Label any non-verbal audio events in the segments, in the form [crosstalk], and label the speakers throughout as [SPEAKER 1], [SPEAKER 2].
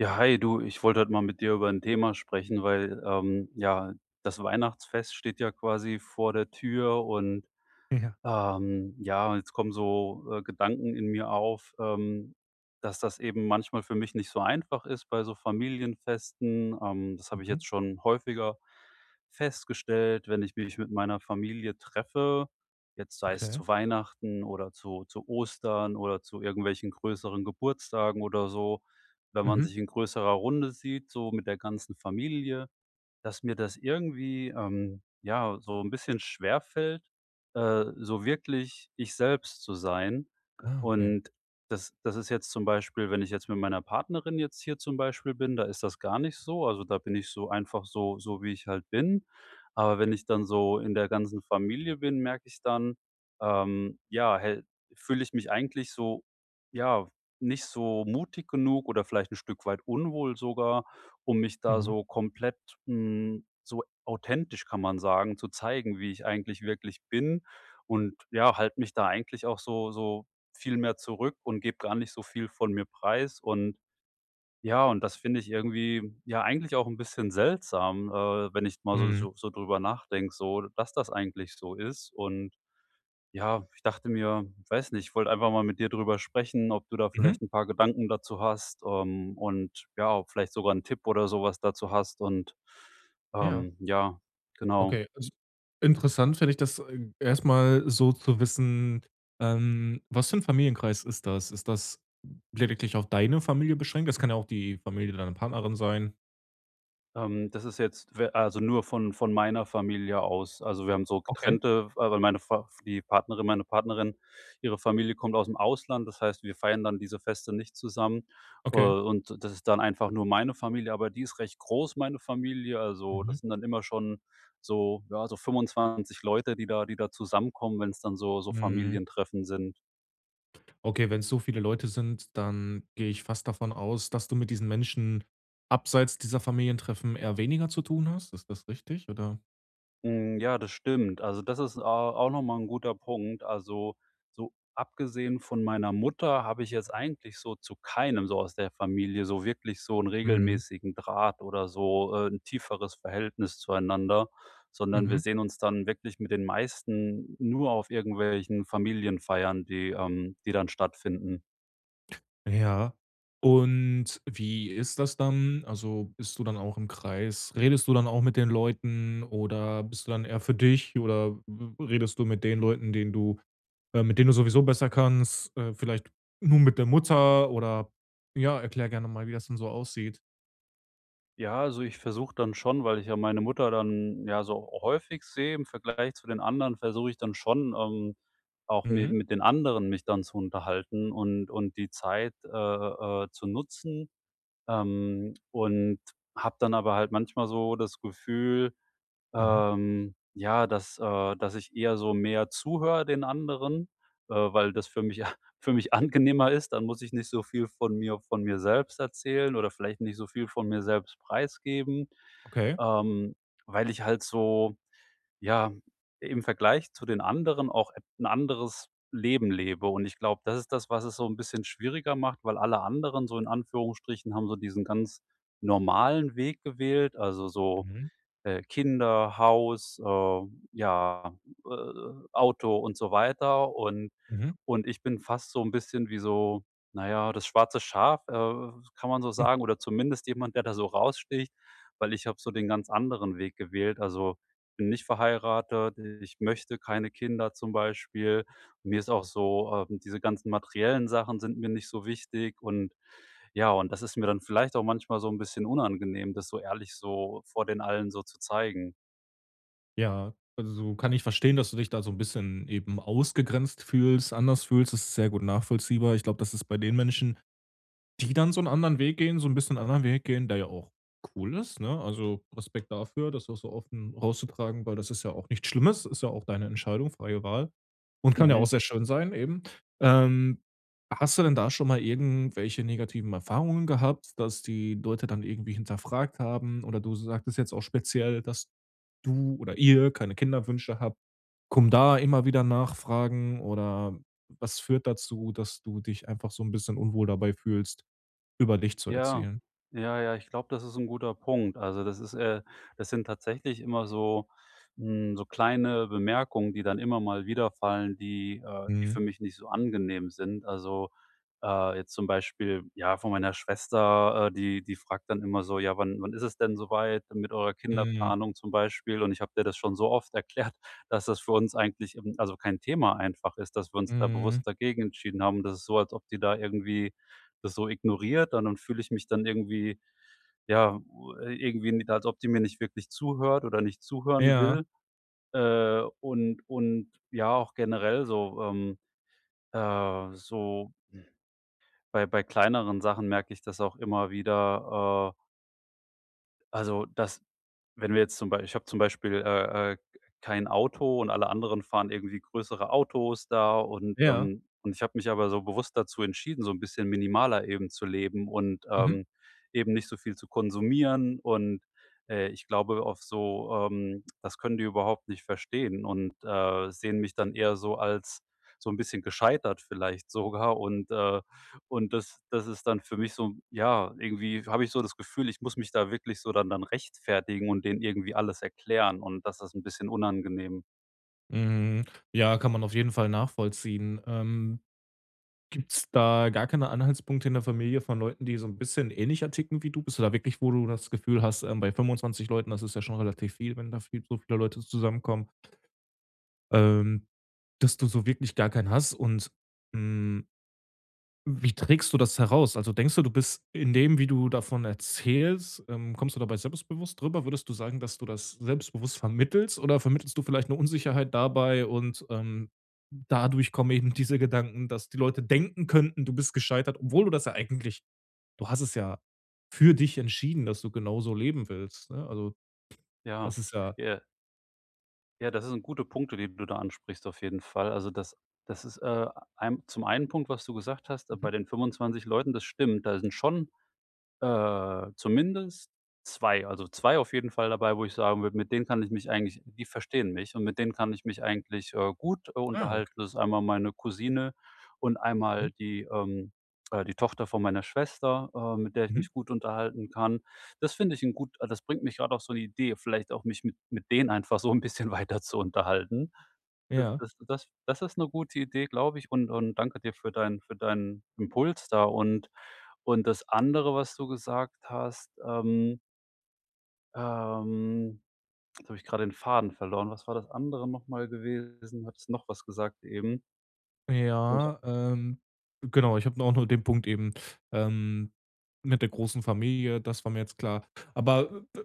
[SPEAKER 1] Ja, hi, du, ich wollte heute mal mit dir über ein Thema sprechen, weil, ja, das Weihnachtsfest steht ja quasi vor der Tür, und,
[SPEAKER 2] Ja.
[SPEAKER 1] ja, und jetzt kommen so, Gedanken in mir auf, dass das eben manchmal für mich nicht so einfach ist bei so Familienfesten. Das habe ich
[SPEAKER 2] Mhm.
[SPEAKER 1] jetzt schon häufiger festgestellt, wenn ich mich mit meiner Familie treffe, jetzt sei es
[SPEAKER 2] Okay.
[SPEAKER 1] zu Weihnachten oder zu Ostern oder zu irgendwelchen größeren Geburtstagen oder so, wenn man
[SPEAKER 2] Mhm.
[SPEAKER 1] sich in größerer Runde sieht, so mit der ganzen Familie, dass mir das irgendwie, ja, so ein bisschen schwerfällt, so wirklich ich selbst zu sein.
[SPEAKER 2] Ah, okay.
[SPEAKER 1] Und das ist jetzt zum Beispiel, wenn ich jetzt mit meiner Partnerin jetzt hier zum Beispiel bin, da ist das gar nicht so. Also, da bin ich so einfach so, wie ich halt bin. Aber wenn ich dann so in der ganzen Familie bin, merke ich dann, ja, hält fühle ich mich eigentlich so, ja, nicht so mutig genug oder vielleicht ein Stück weit unwohl sogar, um mich da
[SPEAKER 2] Mhm.
[SPEAKER 1] so komplett, so authentisch, kann man sagen, zu zeigen, wie ich eigentlich wirklich bin, und ja, halt mich da eigentlich auch so viel mehr zurück und gebe gar nicht so viel von mir preis. Und ja, und das finde ich irgendwie, ja, eigentlich auch ein bisschen seltsam, wenn ich mal so
[SPEAKER 2] Mhm.
[SPEAKER 1] so so drüber nachdenke, so dass das eigentlich so ist. Und ja, ich dachte mir, ich weiß nicht, ich wollte einfach mal mit dir drüber sprechen, ob du da
[SPEAKER 2] Mhm.
[SPEAKER 1] vielleicht ein paar Gedanken dazu hast, und ja, ob vielleicht sogar 'n Tipp oder sowas dazu hast und,
[SPEAKER 2] Ja.
[SPEAKER 1] ja, genau.
[SPEAKER 2] Okay. Also, interessant finde ich das, erst so zu wissen, was für ein Familienkreis ist das? Ist das lediglich auf deine Familie beschränkt? Das kann ja auch die Familie deiner Partnerin sein.
[SPEAKER 1] Das ist jetzt we also nur von meiner Familie aus. Also, wir haben so
[SPEAKER 2] Okay,
[SPEAKER 1] getrennte, weil meine Fa die Partnerin meine Partnerin, ihre Familie kommt aus dem Ausland. Das heißt, wir feiern dann diese Feste nicht zusammen.
[SPEAKER 2] okay.
[SPEAKER 1] Und das ist dann einfach nur meine Familie, aber die ist recht groß, meine Familie. Also,
[SPEAKER 2] Mhm.
[SPEAKER 1] das sind dann immer schon so, ja, so 25 Leute, die da zusammenkommen, wenn es dann so
[SPEAKER 2] Mhm.
[SPEAKER 1] Familientreffen sind.
[SPEAKER 2] Okay, wenn's so viele Leute sind, dann gehe ich fast davon aus, dass du mit diesen Menschen abseits dieser Familientreffen eher weniger zu tun hast. Ist das richtig, oder?
[SPEAKER 1] Hm, ja, das stimmt. Also, das ist au auch noch mal 'n guter Punkt. Also, so abgesehen von meiner Mutter habe ich jetzt eigentlich so zu keinem so aus der Familie so wirklich so einen
[SPEAKER 2] Mhm.
[SPEAKER 1] regelmäßigen Draht oder so, 'n tieferes Verhältnis zueinander, sondern wir
[SPEAKER 2] Mhm.
[SPEAKER 1] sehen uns dann wirklich mit den meisten nur auf irgendwelchen Familienfeiern, die dann stattfinden.
[SPEAKER 2] Ja. Und wie ist das dann? Also, bist du dann auch im Kreis, redest du dann auch mit den Leuten, oder bist du dann eher für dich, oder w redest du mit den Leuten, denen du mit denen du sowieso besser kannst, vielleicht nur mit der Mutter? Oder ja, erklär gerne mal, wie das denn so aussieht.
[SPEAKER 1] Ja, also ich versuche dann schon, weil ich ja meine Mutter dann, ja, so häufig sehe im Vergleich zu den anderen, versuche ich dann schon, auch mi
[SPEAKER 2] Mhm,
[SPEAKER 1] mit den anderen mich dann zu unterhalten und die Zeit, zu nutzen. Und habe dann aber halt manchmal so das Gefühl,
[SPEAKER 2] mhm,
[SPEAKER 1] ja, dass ich eher so mehr zuhöre den anderen, weil das für mich [laughs] für mich angenehmer ist. Dann muss ich nicht so viel von mir selbst erzählen oder vielleicht nicht so viel von mir selbst preisgeben,
[SPEAKER 2] okay.
[SPEAKER 1] ähm, weil ich halt so, ja, im Vergleich zu den anderen auch et 'n anderes Leben lebe. Und ich glaube, das ist das, was es so ein bisschen schwieriger macht, weil alle anderen so in Anführungsstrichen haben so diesen ganz normalen Weg gewählt, also so,
[SPEAKER 2] Mhm,
[SPEAKER 1] Kinder, Haus, ja, Auto und so weiter. Und
[SPEAKER 2] mhm.
[SPEAKER 1] und ich bin fast so ein bisschen wie so, naja, das schwarze Schaf, kann man so sagen, oder zumindest jemand, der da so raussticht, weil ich habe so den ganz anderen Weg gewählt. Also, bin nicht verheiratet, ich möchte keine Kinder zum Beispiel. Mir ist auch so, diese ganzen materiellen Sachen sind mir nicht so wichtig. Und ja, und das ist mir dann vielleicht auch manchmal so 'n bisschen unangenehm, das so ehrlich so vor den allen so zu zeigen.
[SPEAKER 2] Ja, also, kann ich verstehen, dass du dich da so ein bisschen eben ausgegrenzt fühlst, anders fühlst. Das ist sehr gut nachvollziehbar. Ich glaube, das ist bei den Menschen, die dann so 'n anderen Weg gehen, so 'n bisschen anderen Weg gehen, der ja auch cool ist, ne? Also, Respekt dafür, das auch so offen rauszutragen, weil das ist ja auch nichts Schlimmes, ist ja auch deine Entscheidung, freie Wahl und kann ja auch
[SPEAKER 1] Mhm.
[SPEAKER 2] sehr schön sein eben. Ähm, hast du denn da schon mal irgendwelche negativen Erfahrungen gehabt, dass die Leute dann irgendwie hinterfragt haben, oder du sagtest jetzt auch speziell, dass du oder ihr keine Kinderwünsche habt. Kommen da immer wieder Nachfragen, oder was führt dazu, dass du dich einfach so 'n bisschen unwohl dabei fühlst, über dich zu
[SPEAKER 1] Ja,
[SPEAKER 2] erzählen?
[SPEAKER 1] ja, ja, ich glaube, das ist ein guter Punkt. Also, das sind tatsächlich immer so, so kleine Bemerkungen, die dann immer mal wiederfallen, die
[SPEAKER 2] Mhm,
[SPEAKER 1] für mich nicht so angenehm sind. Also, jetzt zum Beispiel, ja, von meiner Schwester, die fragt dann immer so: „Ja, wann ist es denn soweit mit eurer
[SPEAKER 2] mhm,
[SPEAKER 1] Kinderplanung zum Beispiel?" Und ich habe der das schon so oft [laughs] erklärt, dass das für uns eigentlich, also kein Thema einfach ist, dass wir uns da
[SPEAKER 2] mhm.
[SPEAKER 1] bewusst dagegen entschieden haben. Das ist so, als ob die da irgendwie das so ignoriert, dann fühle ich mich dann irgendwie, ja, irgendwie n als ob die mir nicht wirklich zuhört oder nicht zuhören
[SPEAKER 2] Ja,
[SPEAKER 1] will. Und ja, auch generell so, so bei kleineren Sachen merke ich das auch immer wieder, also, das wenn wir jetzt zum Beispiel, ich habe zum Beispiel, kein Auto und alle anderen fahren irgendwie größere Autos da,
[SPEAKER 2] ja.
[SPEAKER 1] und ich habe mich aber so bewusst dazu entschieden, so ein bisschen minimaler eben zu leben und,
[SPEAKER 2] Mhm,
[SPEAKER 1] eben nicht so viel zu konsumieren und, ich glaube auf so, das können die überhaupt nicht verstehen und, sehen mich dann eher so als so ein bisschen gescheitert vielleicht sogar, und das ist dann für mich so, ja, irgendwie habe ich so das Gefühl, ich muss mich da wirklich so dann rechtfertigen und denen irgendwie alles erklären, und das ist 'n bisschen unangenehm.
[SPEAKER 2] mhm. Ja, kann man auf jeden Fall nachvollziehen. Gibt's da gar keine Anhaltspunkte in der Familie von Leuten, die so ein bisschen ähnlicher ticken wie du? Bist du da wirklich, wo du das Gefühl hast, bei 25 Leuten, das ist ja schon relativ viel, wenn da viel so viele Leute zusammenkommen, ähm, dass du so wirklich gar keinen hast und, hm, wie trägst du das heraus? Also, denkst du, du bist in dem, wie du davon erzählst, kommst du dabei selbstbewusst drüber? Würdest du sagen, dass du das selbstbewusst vermittelst, oder vermittelst du vielleicht eine Unsicherheit dabei, und dadurch kommen eben diese Gedanken, dass die Leute denken könnten, du bist gescheitert, obwohl du das ja eigentlich, du hast es ja für dich entschieden, dass du genauso leben willst, ne? Also,
[SPEAKER 1] Ja.
[SPEAKER 2] das ist ja
[SPEAKER 1] Ja, ja, das sind gute Punkte, die du da ansprichst auf jeden Fall. Also, das ist, ein zum einen Punkt, was du gesagt hast, bei
[SPEAKER 2] mhm.
[SPEAKER 1] den 25 Leuten, das stimmt. Da sind schon. Zumindest zwei. Also, 2 auf jeden Fall dabei, wo ich sagen würde, mit denen kann ich mich eigentlich die verstehen mich, und mit denen kann ich mich eigentlich, gut,
[SPEAKER 2] Ah,
[SPEAKER 1] unterhalten.
[SPEAKER 2] okay.
[SPEAKER 1] Das ist einmal meine Cousine und
[SPEAKER 2] Mhm.
[SPEAKER 1] einmal die Tochter von meiner Schwester, mit der ich
[SPEAKER 2] Mhm.
[SPEAKER 1] mich gut unterhalten kann. Das finde ich ein gut das bringt mich gerade auf so eine Idee, vielleicht auch mich mit denen einfach so ein bisschen [laughs] weiter zu unterhalten. Das
[SPEAKER 2] Ja.
[SPEAKER 1] das das das ist eine gute Idee, glaube ich, und danke dir für deinen Impuls da, und das andere, was du gesagt hast, ähm jetzt habe ich gerade den Faden verloren. Was war das andere nochmal gewesen? Hattest noch was gesagt eben. Nämlich,
[SPEAKER 2] Ja, genau, ich habe auch nur den Punkt eben, ähm, mit der großen Familie, das war mir jetzt klar. Aber,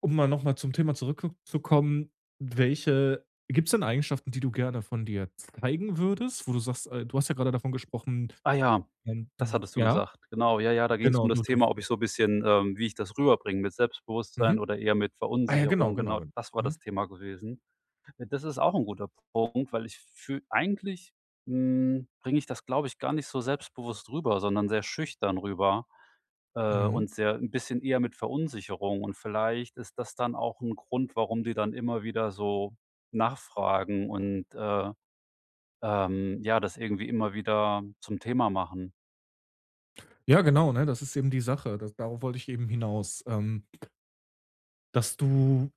[SPEAKER 2] um mal noch mal zum Thema zurückzukommen, welche, gibt's denn Eigenschaften, die du gerne von dir zeigen würdest, wo du sagst, du hast ja gerade davon gesprochen,
[SPEAKER 1] ah ja,
[SPEAKER 2] du
[SPEAKER 1] das hattest du
[SPEAKER 2] ja,
[SPEAKER 1] gesagt. Genau, ja, ja, da ging es
[SPEAKER 2] genau,
[SPEAKER 1] um das
[SPEAKER 2] du
[SPEAKER 1] Thema, ob ich so ein bisschen, wie ich das rüberbringe mit Selbstbewusstsein
[SPEAKER 2] mhm.
[SPEAKER 1] oder eher mit
[SPEAKER 2] Ah ja, genau,
[SPEAKER 1] Verunsicherung.
[SPEAKER 2] genau,
[SPEAKER 1] Genau,
[SPEAKER 2] genau.
[SPEAKER 1] das war das
[SPEAKER 2] Mhm,
[SPEAKER 1] Thema gewesen. Ja, das ist auch ein guter Punkt, weil ich fühle eigentlich, bringe ich das, glaube ich, gar nicht so selbstbewusst rüber, sondern sehr schüchtern rüber.
[SPEAKER 2] mhm.
[SPEAKER 1] Und sehr ein bisschen eher mit Verunsicherung. Und vielleicht ist das dann auch ein Grund, warum die dann immer wieder so nachfragen und, ja, das irgendwie immer wieder zum Thema machen.
[SPEAKER 2] Ja, genau, ne, das ist eben die Sache. Das, darauf wollte ich eben hinaus, dass du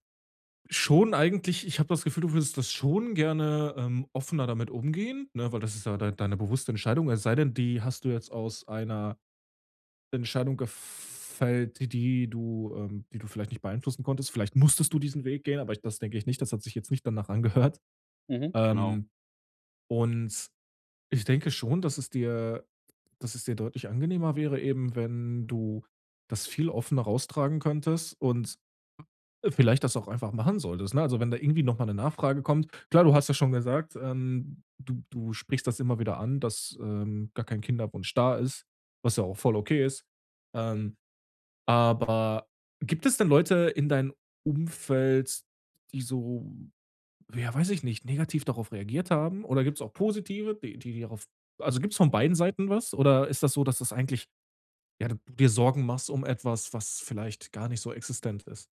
[SPEAKER 2] schon eigentlich, ich habe das Gefühl, du würdest das schon gerne, offener damit umgehen, ne, weil das ist ja deine bewusste Entscheidung. Es sei denn, die hast du jetzt aus einer Entscheidung gefällt, die du die du vielleicht nicht beeinflussen konntest. Vielleicht musstest du diesen Weg gehen, aber ich, das denke ich nicht. Das hat sich jetzt nicht danach angehört.
[SPEAKER 1] Mhm, genau.
[SPEAKER 2] Ähm, und ich denke schon, dass es dir, dass es dir deutlich angenehmer wäre eben, wenn du das viel offener raustragen könntest und vielleicht das auch einfach machen solltest, ne? Also, wenn da irgendwie noch mal 'ne Nachfrage kommt, klar, du hast ja schon gesagt, du sprichst das immer wieder an, dass, gar kein Kinderwunsch da ist, was ja auch voll okay ist. Ähm, aber gibt es denn Leute in deinem Umfeld, die so, ja, weiß ich nicht, negativ darauf reagiert haben? Oder gibt es auch positive, die darauf, also, gibt es von beiden Seiten was? Oder ist das so, dass das eigentlich, ja, du dir Sorgen machst um etwas, was vielleicht gar nicht so existent ist?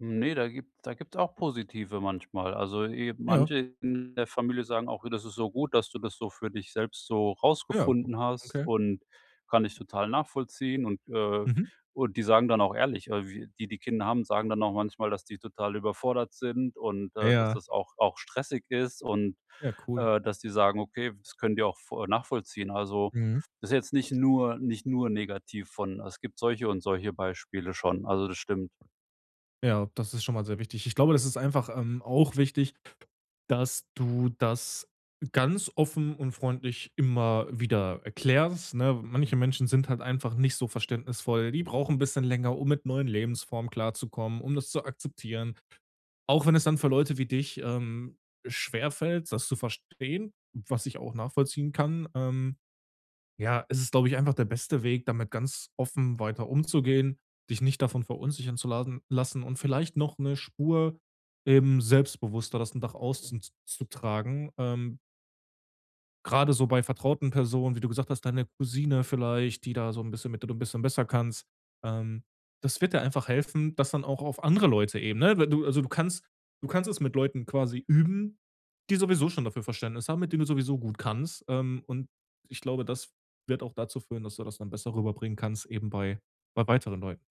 [SPEAKER 1] Ne, da gibt's auch positive manchmal. Also, eh
[SPEAKER 2] Ja,
[SPEAKER 1] manche in der Familie sagen auch: „Das ist so gut, dass du das so für dich selbst so
[SPEAKER 2] ja,
[SPEAKER 1] rausgefunden hast,
[SPEAKER 2] okay.
[SPEAKER 1] und kann ich total nachvollziehen." Und, äh
[SPEAKER 2] Mhm.
[SPEAKER 1] und die sagen dann auch ehrlich, wie die, die Kinder haben, sagen dann auch manchmal, dass die total überfordert sind und, dass
[SPEAKER 2] Ja,
[SPEAKER 1] das auch stressig ist, und,
[SPEAKER 2] ja, cool.
[SPEAKER 1] dass die sagen: „Okay, das können die auch vo nachvollziehen." Also,
[SPEAKER 2] Mhm.
[SPEAKER 1] das ist jetzt nicht nur negativ von. Es gibt solche und solche Beispiele schon. Also, das stimmt.
[SPEAKER 2] Ja, das ist schon mal sehr wichtig. Ich glaube, das ist einfach, auch wichtig, dass du das ganz offen und freundlich immer wieder erklärst, ne? Manche Menschen sind halt einfach nicht so verständnisvoll. Die brauchen ein bisschen länger, um mit neuen Lebensformen klarzukommen, um das zu akzeptieren. Auch wenn es dann für Leute wie dich, schwerfällt, das zu verstehen, was ich auch nachvollziehen kann, ja, es ist, glaube ich, einfach der beste Weg, damit ganz offen weiter umzugehen, dich nicht davon verunsichern zu lasen lassen und vielleicht noch eine Spur eben selbstbewusster das nach außen z ähm, gerade so bei vertrauten Personen, wie du gesagt hast, deine Cousine vielleicht, die da so 'n bisschen, mit der du 'n bisschen besser kannst. Ähm, das wird dir einfach helfen, das dann auch auf andere Leute eben, ne? Weil du, also, du kannst, du kannst es mit Leuten quasi üben, die sowieso schon dafür Verständnis haben, mit denen du sowieso gut kannst. Und ich glaube, das wird auch dazu führen, dass du das dann besser rüberbringen kannst eben bei, bei weiteren Leuten.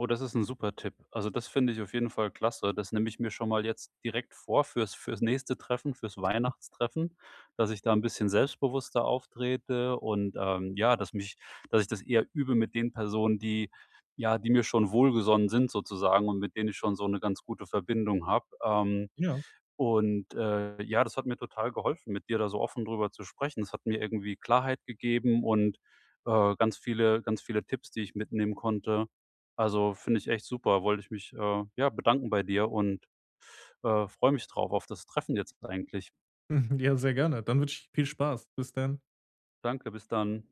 [SPEAKER 1] Oh, das ist ein super Tipp. Also, das finde ich auf jeden Fall klasse. Das nehme ich mir schon mal jetzt direkt vor, fürs nächste Treffen, fürs Weihnachtstreffen, dass ich da ein bisschen selbstbewusster auftrete und, ja, dass ich das eher übe mit den Personen, die, ja, die mir schon wohlgesonnen sind sozusagen und mit denen ich schon so eine ganz gute Verbindung habe.
[SPEAKER 2] Ja.
[SPEAKER 1] Und, ja, das hat mir total geholfen, mit dir da so offen drüber zu sprechen. Das hat mir irgendwie Klarheit gegeben und, ganz viele Tipps, die ich mitnehmen konnte. Also, finde ich echt super. Wollte ich mich, ja, bedanken bei dir, und, freue mich drauf auf das Treffen jetzt eigentlich.
[SPEAKER 2] [laughs] Ja, sehr gerne. Dann wünsche ich viel Spaß. Bis dann.
[SPEAKER 1] Danke, bis dann.